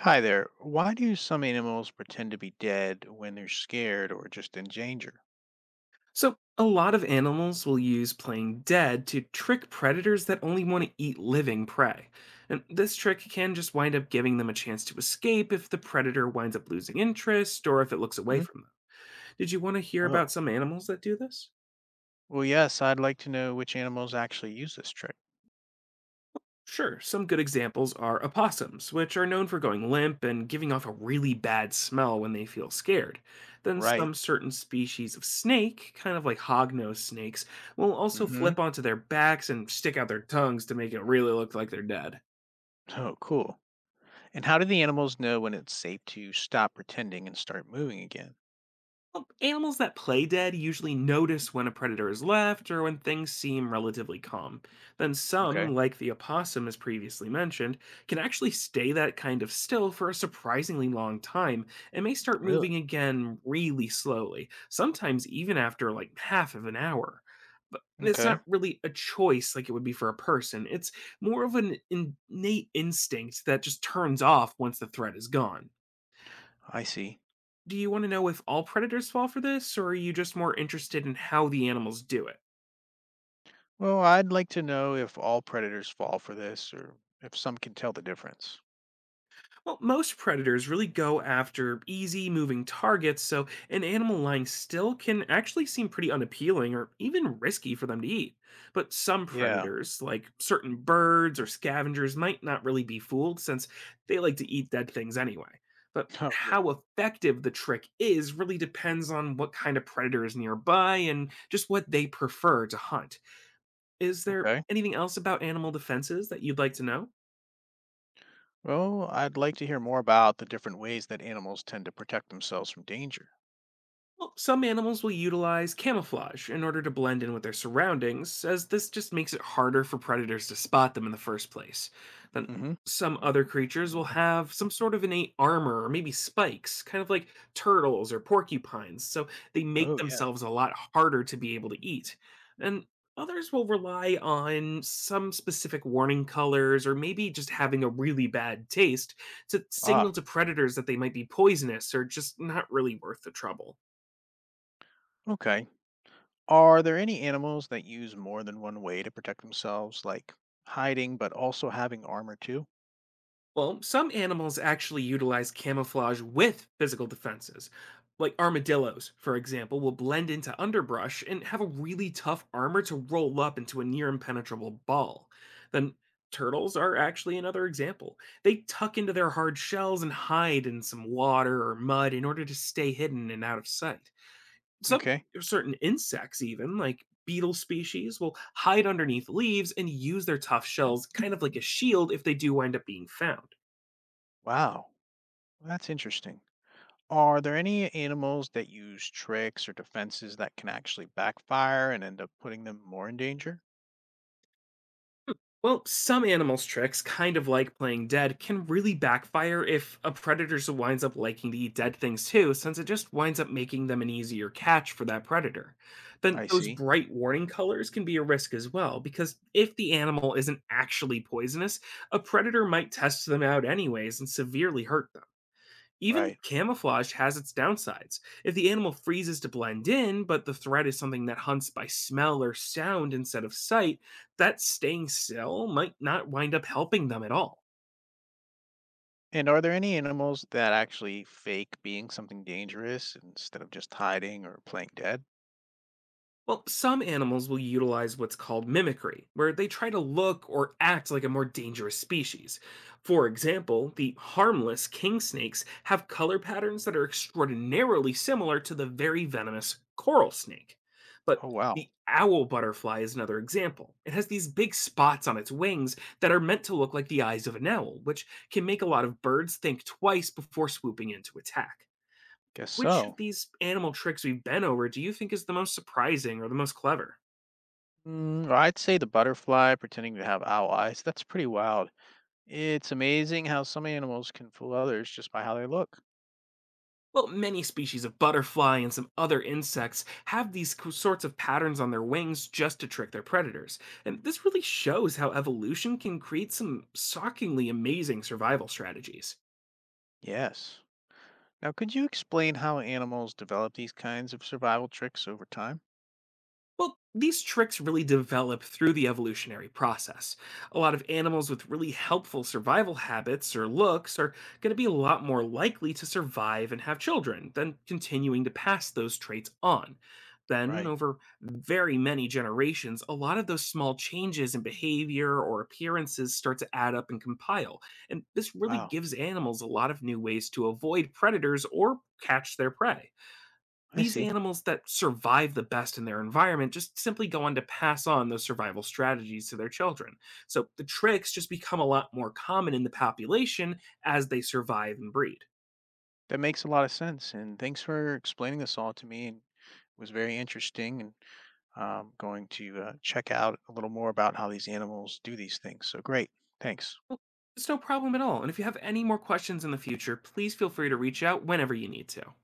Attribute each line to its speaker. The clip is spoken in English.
Speaker 1: Hi there. Why do some animals pretend to be dead when they're scared or just in danger?
Speaker 2: So, a lot of animals will use playing dead to trick predators that only want to eat living prey. And this trick can just wind up giving them a chance to escape if the predator winds up losing interest or if it looks away
Speaker 1: Hmm.
Speaker 2: from them. Did you want to hear about
Speaker 1: Oh,
Speaker 2: some animals that do this?
Speaker 1: well, yes, I'd like to know which animals actually use this trick.
Speaker 2: Sure, some good examples are opossums, which are known for going limp and giving off a really bad smell when they feel scared. Then some
Speaker 1: Right.
Speaker 2: certain species of snake, kind of like hognose snakes, will also
Speaker 1: Mm-hmm.
Speaker 2: flip onto their backs and stick out their tongues to make it really look like they're dead.
Speaker 1: Oh, cool. And how do the animals know when it's safe to stop pretending and start moving again?
Speaker 2: Well, animals that play dead usually notice when a predator is left or when things seem relatively calm. Then
Speaker 1: Okay.
Speaker 2: some, like the opossum as previously mentioned, can actually stay that kind of still for a surprisingly long time and may start
Speaker 1: Really?
Speaker 2: moving again really slowly, sometimes even after like half of an hour. But it's
Speaker 1: Okay.
Speaker 2: not really a choice like it would be for a person. It's more of an innate instinct that just turns off once the threat is gone.
Speaker 1: I see.
Speaker 2: Do you want to know if all predators fall for this, or are you just more interested in how the animals do it?
Speaker 1: Well, I'd like to know if all predators fall for this or if some can tell the difference.
Speaker 2: Well, most predators really go after easy moving targets, so an animal lying still can actually seem pretty unappealing or even risky for them to eat. But some
Speaker 1: Yeah.
Speaker 2: predators, like certain birds or scavengers, might not really be fooled since they like to eat dead things anyway. But
Speaker 1: Oh, really?
Speaker 2: how effective the trick is really depends on what kind of predator is nearby and just what they prefer to hunt. Is there
Speaker 1: Okay.
Speaker 2: anything else about animal defenses that you'd like to know?
Speaker 1: Well, I'd like to hear more about the different ways that animals tend to protect themselves from danger.
Speaker 2: Well, some animals will utilize camouflage in order to blend in with their surroundings, as this just makes it harder for predators to spot them in the first place. Then
Speaker 1: Hmm.
Speaker 2: some other creatures will have some sort of innate armor or maybe spikes, kind of like turtles or porcupines, so they make
Speaker 1: Oh, yeah.
Speaker 2: themselves a lot harder to be able to eat. And others will rely on some specific warning colors or maybe just having a really bad taste to signal
Speaker 1: Ah,
Speaker 2: to predators that they might be poisonous or just not really worth the trouble.
Speaker 1: okay. Are there any animals that use more than one way to protect themselves, like hiding but also having armor too?
Speaker 2: Well, some animals actually utilize camouflage with physical defenses. Like armadillos, for example, will blend into underbrush and have a really tough armor to roll up into a near impenetrable ball. Then turtles are actually another example. They tuck into their hard shells and hide in some water or mud in order to stay hidden and out of sight. Some
Speaker 1: Okay.
Speaker 2: certain insects, even like beetle species, will hide underneath leaves and use their tough shells kind of like a shield if they do wind up being found.
Speaker 1: Wow, that's interesting. Are there any animals that use tricks or defenses that can actually backfire and end up putting them more in danger?
Speaker 2: Well, some animals' tricks, kind of like playing dead, can really backfire if a predator winds up liking to eat dead things too, since it just winds up making them an easier catch for that predator. Then
Speaker 1: I
Speaker 2: those
Speaker 1: see.
Speaker 2: bright warning colors can be a risk as well, because if the animal isn't actually poisonous, a predator might test them out anyways and severely hurt them. Even
Speaker 1: Right.
Speaker 2: camouflage has its downsides. If the animal freezes to blend in, but the threat is something that hunts by smell or sound instead of sight, that staying still might not wind up helping them at all.
Speaker 1: And are there any animals that actually fake being something dangerous instead of just hiding or playing dead?
Speaker 2: Well, some animals will utilize what's called mimicry, where they try to look or act like a more dangerous species. For example, the harmless king snakes have color patterns that are extraordinarily similar to the very venomous coral snake. But
Speaker 1: Oh, wow.
Speaker 2: the owl butterfly is another example. It has these big spots on its wings that are meant to look like the eyes of an owl, which can make a lot of birds think twice before swooping in to attack.
Speaker 1: Guess
Speaker 2: Which of
Speaker 1: so.
Speaker 2: these animal tricks we've been over do you think is the most surprising or the most clever?
Speaker 1: Mm, well, I'd say the butterfly pretending to have owl eyes. That's pretty wild. It's amazing how some animals can fool others just by how they look.
Speaker 2: Well, many species of butterfly and some other insects have these sorts of patterns on their wings just to trick their predators. And this really shows how evolution can create some shockingly amazing survival strategies.
Speaker 1: Yes. Now, could you explain how animals develop these kinds of survival tricks over time?
Speaker 2: Well, these tricks really develop through the evolutionary process. A lot of animals with really helpful survival habits or looks are going to be a lot more likely to survive and have children than continuing to pass those traits on. Then,
Speaker 1: Right.
Speaker 2: over very many generations, a lot of those small changes in behavior or appearances start to add up and compile. And this really
Speaker 1: Wow.
Speaker 2: gives animals a lot of new ways to avoid predators or catch their prey.
Speaker 1: I
Speaker 2: These
Speaker 1: see.
Speaker 2: animals that survive the best in their environment just simply go on to pass on those survival strategies to their children. So the tricks just become a lot more common in the population as they survive and breed.
Speaker 1: That makes a lot of sense. And thanks for explaining this all to me. And it was very interesting and I'm going to check out a little more about how these animals do these things. So great. Thanks.
Speaker 2: Well, it's no problem at all. And if you have any more questions in the future, please feel free to reach out whenever you need to.